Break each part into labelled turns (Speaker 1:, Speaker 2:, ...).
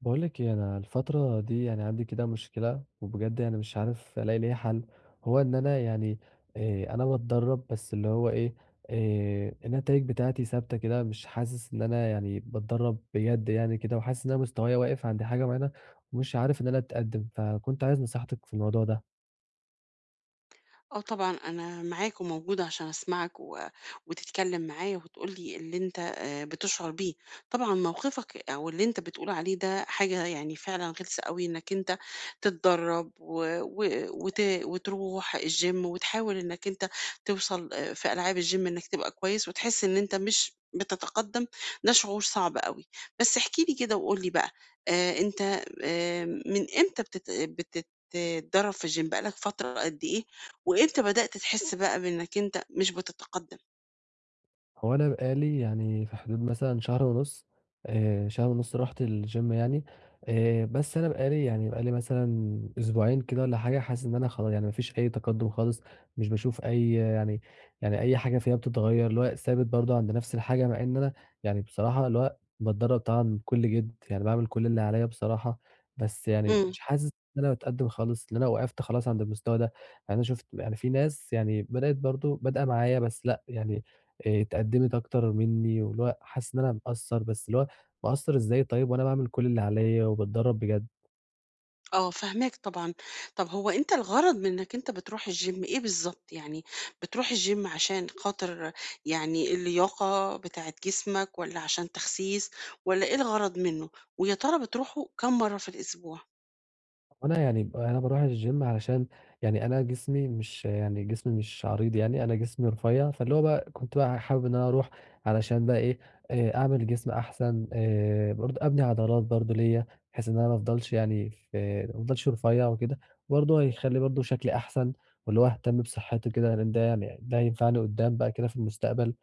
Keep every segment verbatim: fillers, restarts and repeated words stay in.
Speaker 1: باقول لِك إيه، أنا الفترة دي يعني عندي كده مشكلة، وبجد يعني مش عارف ألاقي ليها حل. هو إن أنا يعني آآ أنا باتدرّب بس اللي هو إيه، آآ النتايج بتاعتي ثابتة كده، مش حاسس إن أنا يعني باتدرّب بجد يعني كده، وحاسس إن أنا مستوايا واقف عند حاجة معينة، ومش عارف إن أنا أتقدّم، فكنت عايز نصيحتِك في الموضوع ده.
Speaker 2: آه طبعًا أنا معاك وموجودة عشان أسمعك و وتتكلم معايا وتقول لي اللي أنت آآ بتشعر بيه. طبعًا موقفك أو اللي أنت بتقول عليه ده حاجة يعني فعلًا غلسة أوي إنك أنت تتدرّب و و وت وتروح الgym وتحاول إنك أنت توصل آآ في ألعاب الgym إنك تبقى كويس وتحس إن أنت مش بتتقدّم. ده شعور صعب أوي. بس احكِ لي كده وقُل لي بقى. آآ أنت آآ من إمتى بتت بتتدرّب في الgym؟ بقى لك فترة قد إيه، وإمتى بدأت تحس بقى بإنك أنت مش بتتقدم؟
Speaker 1: هو أنا بقى لي يعني في حدود مثلًا شهر ونُص آآ، شهر ونُص رُحت الgym يعني آآ، بس أنا بقى لي يعني بقى لي مثلًا أسبوعين كده والّا حاجة، حاسس إن أنا خلا يعني ما فيش أي تقدُّم خالص، مش باشوف أي يعني يعني أي حاجة فيها بتتغيّر، اللي هو ثابت برضه عند نَفْس الحاجة، مع إن أنا يعني بصراحة اللي هو باتدرّب طبعًا بكل جِد، يعني باعمل كل اللي عليّا بصراحة، بس يعني
Speaker 2: إمم.
Speaker 1: مش حاسس إن أنا باتقدّم خالص، إن أنا وقفت خلاص عند المستوى ده. يعني أنا شُفت يعني في ناس يعني بدأت برضه بادئة معايا بس لأ، يعني آآ اتقدّمت أكتر منّي، واللي هو حاسس إن أنا مقصّر، بس اللي هو مقصّر إزاي طيب وأنا باعمل كل اللي عليّا وباتدرّب بجد؟
Speaker 2: آه، فاهماك طبعًا. طب هو أنت الغرض من إنك أنت بتروح الgym إيه بالضبط؟ يعني بتروح الgym عشان خاطر يعني اللياقة بتاعة جسمك، والّا عشان تخسيس، والّا إيه الغرض منه؟ ويا ترى بتروحه كام مرّة في الأسبوع؟
Speaker 1: وأنا يعني أنا باروح الgym علشان يعني أنا جسمي مش يعني جسمي مش عريض يعني، أنا جسمي رفيّع، فاللي هو بقى كنت بقى حابب إن أنا أروح علشان بقى إيه، آآ أعمل جسم أحسن، آآ برضه أبني عضلات برضه ليّا، بحيث إن أنا ما أفضلش يعني في ما أفضلش رفيّع وكده، برضه هيخلّي برضه شكلي أحسن، واللي هو أهتم بصحّتي كده، لإن ده يعني ده هينفعني قُدّام بقى كده في المستقبل.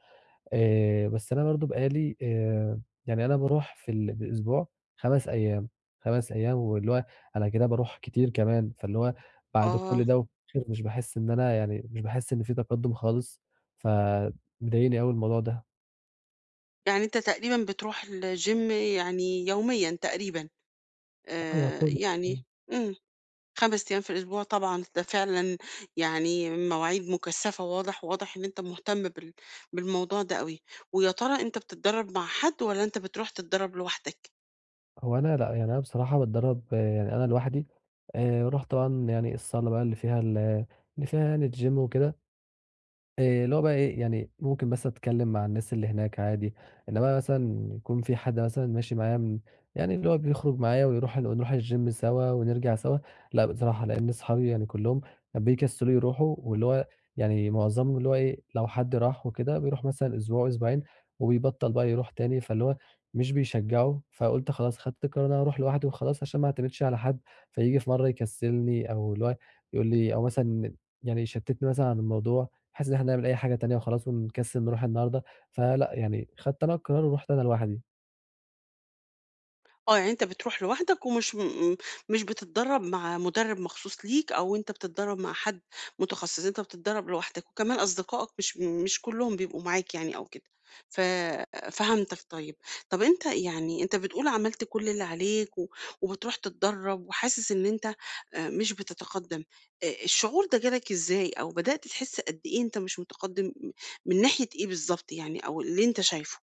Speaker 1: آآ، بس أنا برضه بقى لي آآ، يعني أنا باروح في ال في الأسبوع خمس أيام، خمس أيام واللي هو أنا كده باروح كتير كمان، فاللي هو بعد
Speaker 2: آه،
Speaker 1: كل ده وفي الآخر مش باحس إن أنا يعني مش باحس إن في تقدُّم خالص، فمضايقني أوي الموضوع ده.
Speaker 2: يعني أنت تقريبًا بتروح الgym يعني يوميًا تقريبًا.
Speaker 1: آه
Speaker 2: آآ
Speaker 1: يعتبر. إمم،
Speaker 2: يعني إمم. خمس أيام في الأسبوع طبعًا، ده فعلًا يعني مواعيد مكثفة. واضح واضح إن أنت مهتم بال بالموضوع ده أوي. ويا ترى أنت بتتدرب مع حد والّا أنت بتروح تتدرب لوحدك؟
Speaker 1: هو أنا لأ، يعني أنا بصراحة باتدرّب يعني أنا لوحدي، آآ، باروح طبعًا يعني الصالة بقى اللي فيها ال اللي فيها يعني الGym وكده. آآ اللي هو بقى إيه، يعني ممكن بس أتكلّم مع الناس اللي هناك عادي، إنّما مثلًا يكون في حد مثلًا ماشي معايا من، يعني اللي هو بيخرُج معايا ويروح ال ونروح الgym سوا ونرجع سوا، لأ بصراحة، لإن أصحابي يعني كُلّهم بيكسّلوا يروحوا واللي هو يعني معظمهم اللي هو إيه، لو حد راح وكده بيروح مثلًا أسبوع، أسبوعين وبيبطّل بقى يروح تاني، فاللي هو مش بيشجّعوا، فقُلت خلاص خدت القرار إن أنا هاروح لوحدي وخلاص عشان ما اعتمدش على حد، فييجي في مرّة يكسّلني أو اللي هو يقول لي، أو مثلًا يعني يشتّتني مثلًا عن الموضوع، بحيث إن إحنا نعمل أي حاجة تانية وخلاص ونكسل نروح النهارده، فلأ يعني خدت أنا القرار ورُحت أنا لوحدي.
Speaker 2: آه، يعني أنت بتروح لوحدك ومش م مش بتتدرّب مع مُدرِّب مخصوص ليك، أو أنت بتتدرّب مع حد متخصص. أنت بتتدرّب لوحدك، وكمان أصدقائك مش مش كلّهم بيبقوا معاك يعني أو كده. ف فهمتك طيب. طَب أنت يعني أنت بتقول عملت كل اللي عليك، و وبتروح تتدرّب وحاسس إن أنت آآ مش بتتقدّم. آآ الشعور ده جالك إزاي؟ أو بدأت تحس قد إيه أنت مش متقدّم م من ناحية إيه بالضبط، يعني أو اللي أنت شايفه؟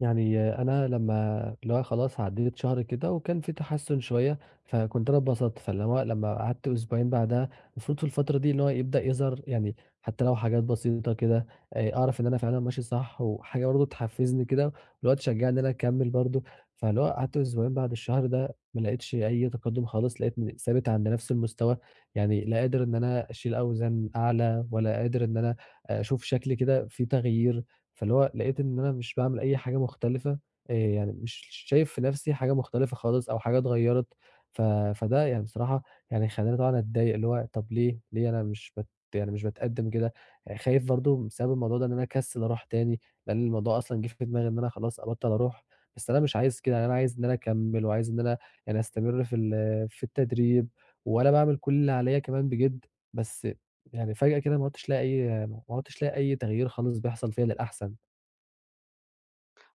Speaker 1: يعني انا لما اللي هو خلاص عديت شهر كده وكان في تحسن شويه، فكنت انا اتبسطت، فاللي هو لما قعدت اسبوعين بعدها المفروض في الفتره دي اللي هو يبدا يظهر، يعني حتى لو حاجات بسيطه كده، آه، اعرف ان انا فعلا ماشي صح، وحاجه برضه تحفزني كده اللي هو تشجعني ان انا اكمل برضه. فاللي هو قعدت اسبوعين بعد الشهر ده ما لقيتش اي تقدم خالص، لقيتني ثابت عند نفس المستوى، يعني لا قادر ان انا اشيل اوزان اعلى، ولا قادر ان انا اشوف شكلي كده في تغيير، فاللي هو لقيت إن أنا مش باعمل أي حاجة مختلفة، آآ يعني مش شايف في نَفْسي حاجة مختلفة خالص أو حاجة اتغيّرت. ف فده يعني بصراحة يعني خلّاني طبعًا أتضايق، اللي هو طَب ليه، ليه أنا مش بت يعني مش باتقدّم كده، آه، خايف برضه بسبب الموضوع ده إن أنا أكسّل أروح تاني، لإن الموضوع أصلًا جِه في دماغي إن أنا خلاص أبطّل أروح، بس أنا مش عايز كده، يعني أنا عايز إن أنا أكمّل وعايز إن أنا يعني أستمر في ال في التدريب، وأنا باعمل كل اللي عليّا كمان بجِد، بس يعني فجأة كده ما عُدتش لاقي أي ما عُدتش لاقي أي تغيير خالص بيحصل فيّا للأحسن.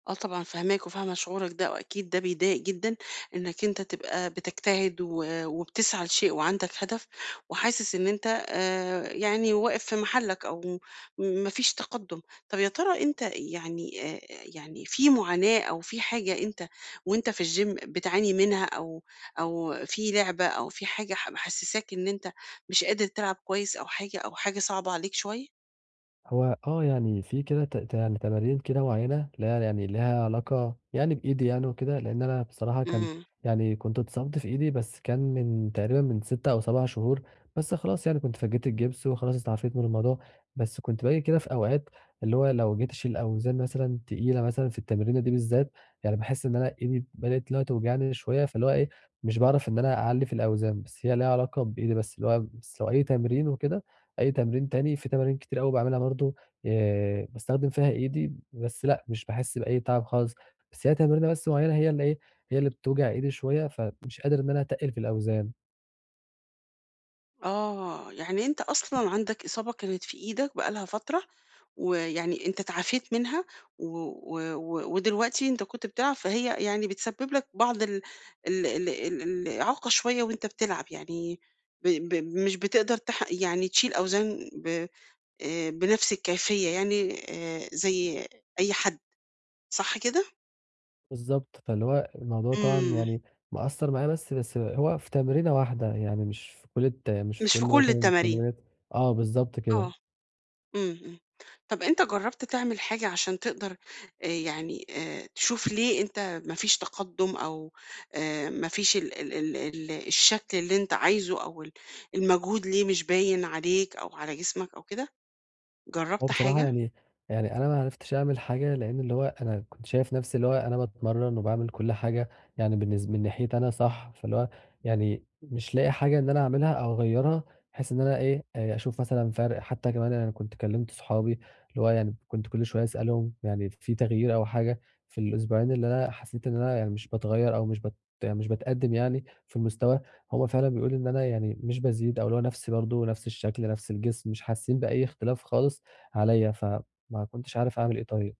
Speaker 2: آه طبعًا، فاهماك وفاهمة شعورك ده، وأكيد ده بيضايق جدًا إنك أنت تبقى بتجتهد و وبتسعى لشيء وعندك هدف، وحاسس إن أنت آآ يعني واقف في محلك أو ما فيش تقدُّم. طب يا ترى أنت يعني، آآ يعني في معاناة أو في حاجة أنت وأنت في الgym بتعاني منها، أو أو في لعبة أو في حاجة ح محسّساك إن أنت مش قادر تلعب كويس، أو حاجة أو حاجة صعبة عليك شوية؟
Speaker 1: هو آه، يعني في كده ت ت يعني تمارين كده معيّنة اللي هي يعني ليها علاقة يعني بإيدي يعني وكده، لإن أنا بصراحة كان
Speaker 2: إمم.
Speaker 1: يعني كنت اتصبت في إيدي، بس كان من تقريبًا من ستة أو سبعة شهور، بس خلاص يعني كنت فكيت الجبس وخلاص استعفيت من الموضوع، بس كنت باجي كده في أوقات اللي هو لو جيت أشيل أوزان مثلًا تقيلة مثلًا في التمرينة دي بالذات، يعني باحس إن أنا إيدي بدأت اللي هو توجعني شوية، فاللي هو إيه، مش باعرف إن أنا أعلّي في الأوزان، بس هي ليها علاقة بإيدي بس، اللي هو بس لو أي تمرين وكده، أي تمرين تاني، في تمارين كتير أوي باعملها برضه آآ باستخدم فيها إيدي، بس لأ مش باحس بأي تعب خالص، بس هي تمرينة بس معيّنة هي اللي إيه، هي اللي بتوجع إيدي شوية، فمش قادر إن أنا أتقِّل في الأوزان.
Speaker 2: آه، يعني أنت أصلًا عندك إصابة كانت في إيدك بقى لها فترة، ويعني أنت اتعافيت منها، و و و ودلوقتي أنت كنت بتلعب، فهي يعني بتسبب لك بعض ال ال ال ال الإعاقة شوية وأنت بتلعب. يعني ب ب مش بتقدر تح يعني تشيل أوزان ب آآ، بنفس الكيفية، يعني آآ، زي أي حد، صح كده؟
Speaker 1: بالضبط، فاللي هو الموضوع طبعًا
Speaker 2: إمم.
Speaker 1: يعني مأثّر معايا، بس بس هو في تمرينة واحدة، يعني مش في كل الت مش في
Speaker 2: مش في
Speaker 1: كل
Speaker 2: كل
Speaker 1: مثلًا
Speaker 2: التمارين،
Speaker 1: التمرينات. آه بالضبط كده.
Speaker 2: آه. إمم، إمم. طب أنت جرّبت تعمل حاجة عشان تقدر آآ يعني آآ تشوف ليه أنت ما فيش تقدُّم؟ أو آآ ما فيش ال ال ال ال الشكل اللي أنت عايزه، أو ال المجهود ليه مش باين عليك أو على جسمك أو كده؟
Speaker 1: هو
Speaker 2: جرّبت
Speaker 1: بصراحة
Speaker 2: حاجة؟
Speaker 1: يعني يعني أنا ما عرفتش أعمل حاجة، لإن اللي هو أنا كنت شايف نفسي اللي هو أنا باتمرّن وباعمل كل حاجة، يعني بالنس من ناحيتي أنا صح، فاللي هو يعني مش لاقي حاجة إن أنا أعملها أو أغيّرها، بحيث إن أنا إيه، آآ أشوف مثلًا فرق، حتى كمان أنا كنت كلّمت صحابي اللي هو يعني كنت كل شوية أسألهم يعني في تغيير أو حاجة في الأسبوعين اللي أنا حسيت إن أنا يعني مش باتغيّر أو مش بت يعني مش باتقدّم يعني في المستوى، هُم فعلًا بيقولوا إن أنا يعني مش بازيد، أو اللي هو نفْسي برضه، نفْس الشكل، نفْس الجسم، مش حاسين بأي اختلاف خالص عليّا، فما كنتش عارف أعمل إيه طيب.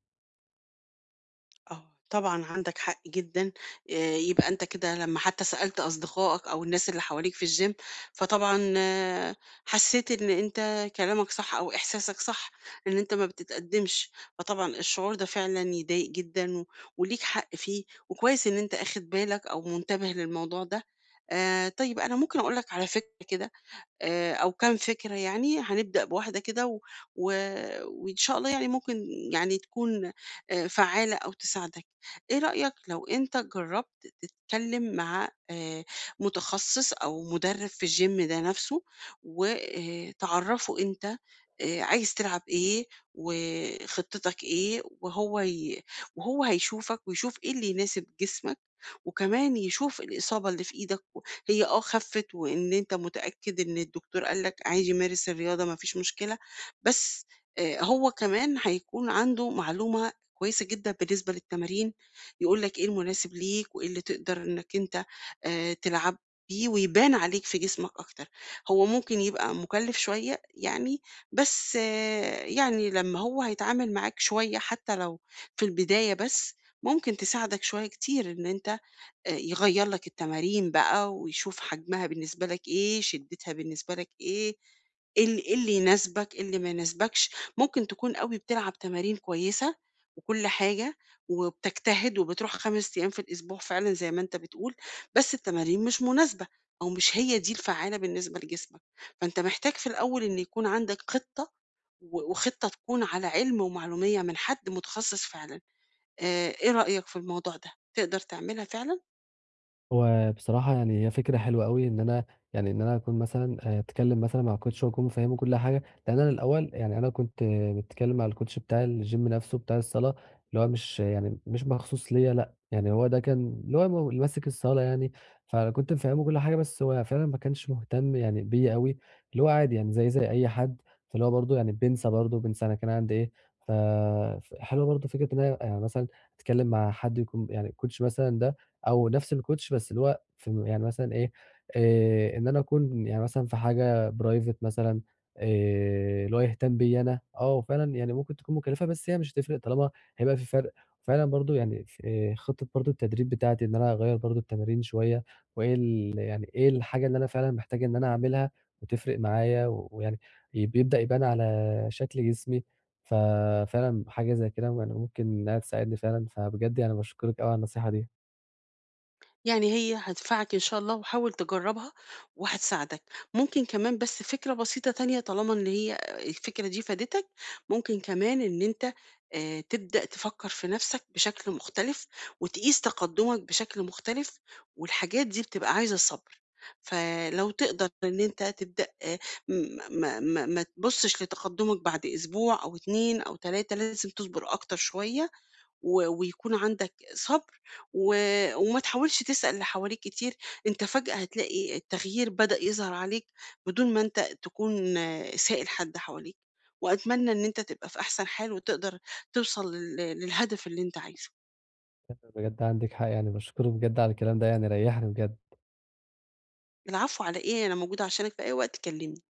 Speaker 2: آه، طبعًا عندك حق جدًا. آآ يبقى أنت كده لمّا حتى سألت أصدقائك أو الناس اللي حواليك في الgym، فطبعًا آه، حسيت إن أنت كلامك صح أو إحساسك صح، إن أنت ما بتتقدّمش. فطبعًا الشعور ده فعلًا يضايق جدًا، و وليك حق فيه، وكويس إن أنت آخد بالك أو منتبه للموضوع ده. آآ طيب، أنا ممكن أقول لك على فكرة كده آآ أو كام فكرة يعني. هنبدأ بواحدة كده، و و وإن شاء الله يعني ممكن يعني تكون آآ فعّالة أو تساعدك. إيه رأيك لو أنت جرّبت تتكلم مع آآ متخصص أو مُدرِّب في الgym ده نَفْسه، وآآ تعرّفه أنت آآ عايز تلعب إيه وخطتك إيه، وهو ي وهو هيشوفك ويشوف إيه اللي يناسب جسمك، وكمان يشوف الإصابة اللي في إيدك و هي آه خفِّت، وإن أنت متأكد إن الدكتور قال لك عادي مارس الرياضة ما فيش مشكلة. بس آآ هو كمان هيكون عنده معلومة كويسة جدًا بالنسبة للتمارين، يقول لك إيه المناسب ليك وإيه اللي تقدر إنك أنت آآ تلعب بيه ويبان عليك في جسمك أكتر. هو ممكن يبقى مُكلِّف شوية يعني، بس آه، يعني لمّا هو هيتعامل معاك شوية حتى لو في البداية بس، ممكن تساعدك شوية كتير إن أنت آآ يغيّر لك التمارين بقى ويشوف حجمها بالنسبة لك إيه، شدتها بالنسبة لك إيه، إيه ال إيه اللي يناسبك، إيه اللي ما يناسبكش. ممكن تكون أوي بتلعب تمارين كويسة وكل حاجة وبتجتهد وبتروح خمسة أيام في الأسبوع فعلًا زي ما أنت بتقول، بس التمارين مش مناسبة، أو مش هي دي الفعّالة بالنسبة لجسمك. فأنت محتاج في الأول إن يكون عندك خطة، و وخطة تكون على علم ومعلومية من حد متخصص فعلًا. آآ إيه رأيك في الموضوع ده؟ تقدر تعملها فعلًا؟
Speaker 1: هو بصراحة يعني هي فكرة حلوة أوي إن أنا، يعني إن أنا أكون مثلًا آآ أتكلم مثلًا مع الcoach وأكون مفهّمه كل حاجة، لإن أنا الأول يعني أنا كنت متكلم مع الcoach بتاع الgym نفسه بتاع الصالة، اللي هو مش يعني مش مخصوص ليّا لأ، يعني هو ده كان اللي هو مو- اللي ماسك الصالة يعني، فكنت مفهّمه كل حاجة بس هو فعلًا ما كانش مهتم يعني بيّا أوي، اللي هو عادي يعني زيي زي أي حد، فاللي هو برضه يعني بانسى برضه، بانسى أنا كان عندي إيه، ف ف حلوة برضه فكرة إن أنا يعني مثلًا أتكلم مع حد يكون يعني الcoach مثلًا ده، أو نفس الكوتش بس اللي هو في يعني مثلًا إيه، آآ إن أنا أكون يعني مثلًا في حاجة private مثلًا، آآ اللي هو يهتم بيّا أنا، آه وفعلًا يعني ممكن تكون مكلفة، بس هي مش هتفرق طالما هيبقى في فرق، فعلًا برضه يعني ف آآ خطة برضه التدريب بتاعتي إن أنا أغيّر برضه التمارين شوية، وإيه ال يعني إيه الحاجة اللي أنا فعلًا محتاج إن أنا أعملها وتفرق معايا، و- ويعني بيبدأ يبان على شكل جسمي، ففعلًا حاجة زي كده يعني ممكن إنها تساعدني فعلًا، فبجد يعني باشكرِك أوي على النصيحة دي.
Speaker 2: يعني هي هتنفعك إن شاء الله، وحاول تجرّبها وهتساعدك. ممكن كمان بس فكرة بسيطة تانية، طالما إن هي الفكرة دي فادتك، ممكن كمان إن أنت آآ تبدأ تفكّر في نَفْسك بشكل مختلف وتقيس تقدُّمك بشكل مختلف، والحاجات دي بتبقى عايزة صبر. فلو تقدر إن أنت تبدأ، آآ م ما ما ما تبُصّش لتقدُّمك بعد أسبوع أو اتنين أو تلاتة، لازم تصبر أكتر شوية، و ويكون عندك صبر، و وما تحاولش تسأل اللي حواليك كتير. أنت فجأة هتلاقي التغيير بدأ يظهر عليك بدون ما أنت تكون آه، سائل حد حواليك. وأتمنى إن أنت تبقى في أحسن حال وتقدر توصل لل للهدف اللي أنت عايزه.
Speaker 1: بجد عندك حق، يعني بشكره بجد على الكلام ده، يعني ريحني بجد.
Speaker 2: العفو على إيه؟ أنا موجودة عشانك في أي وقت، كلمني.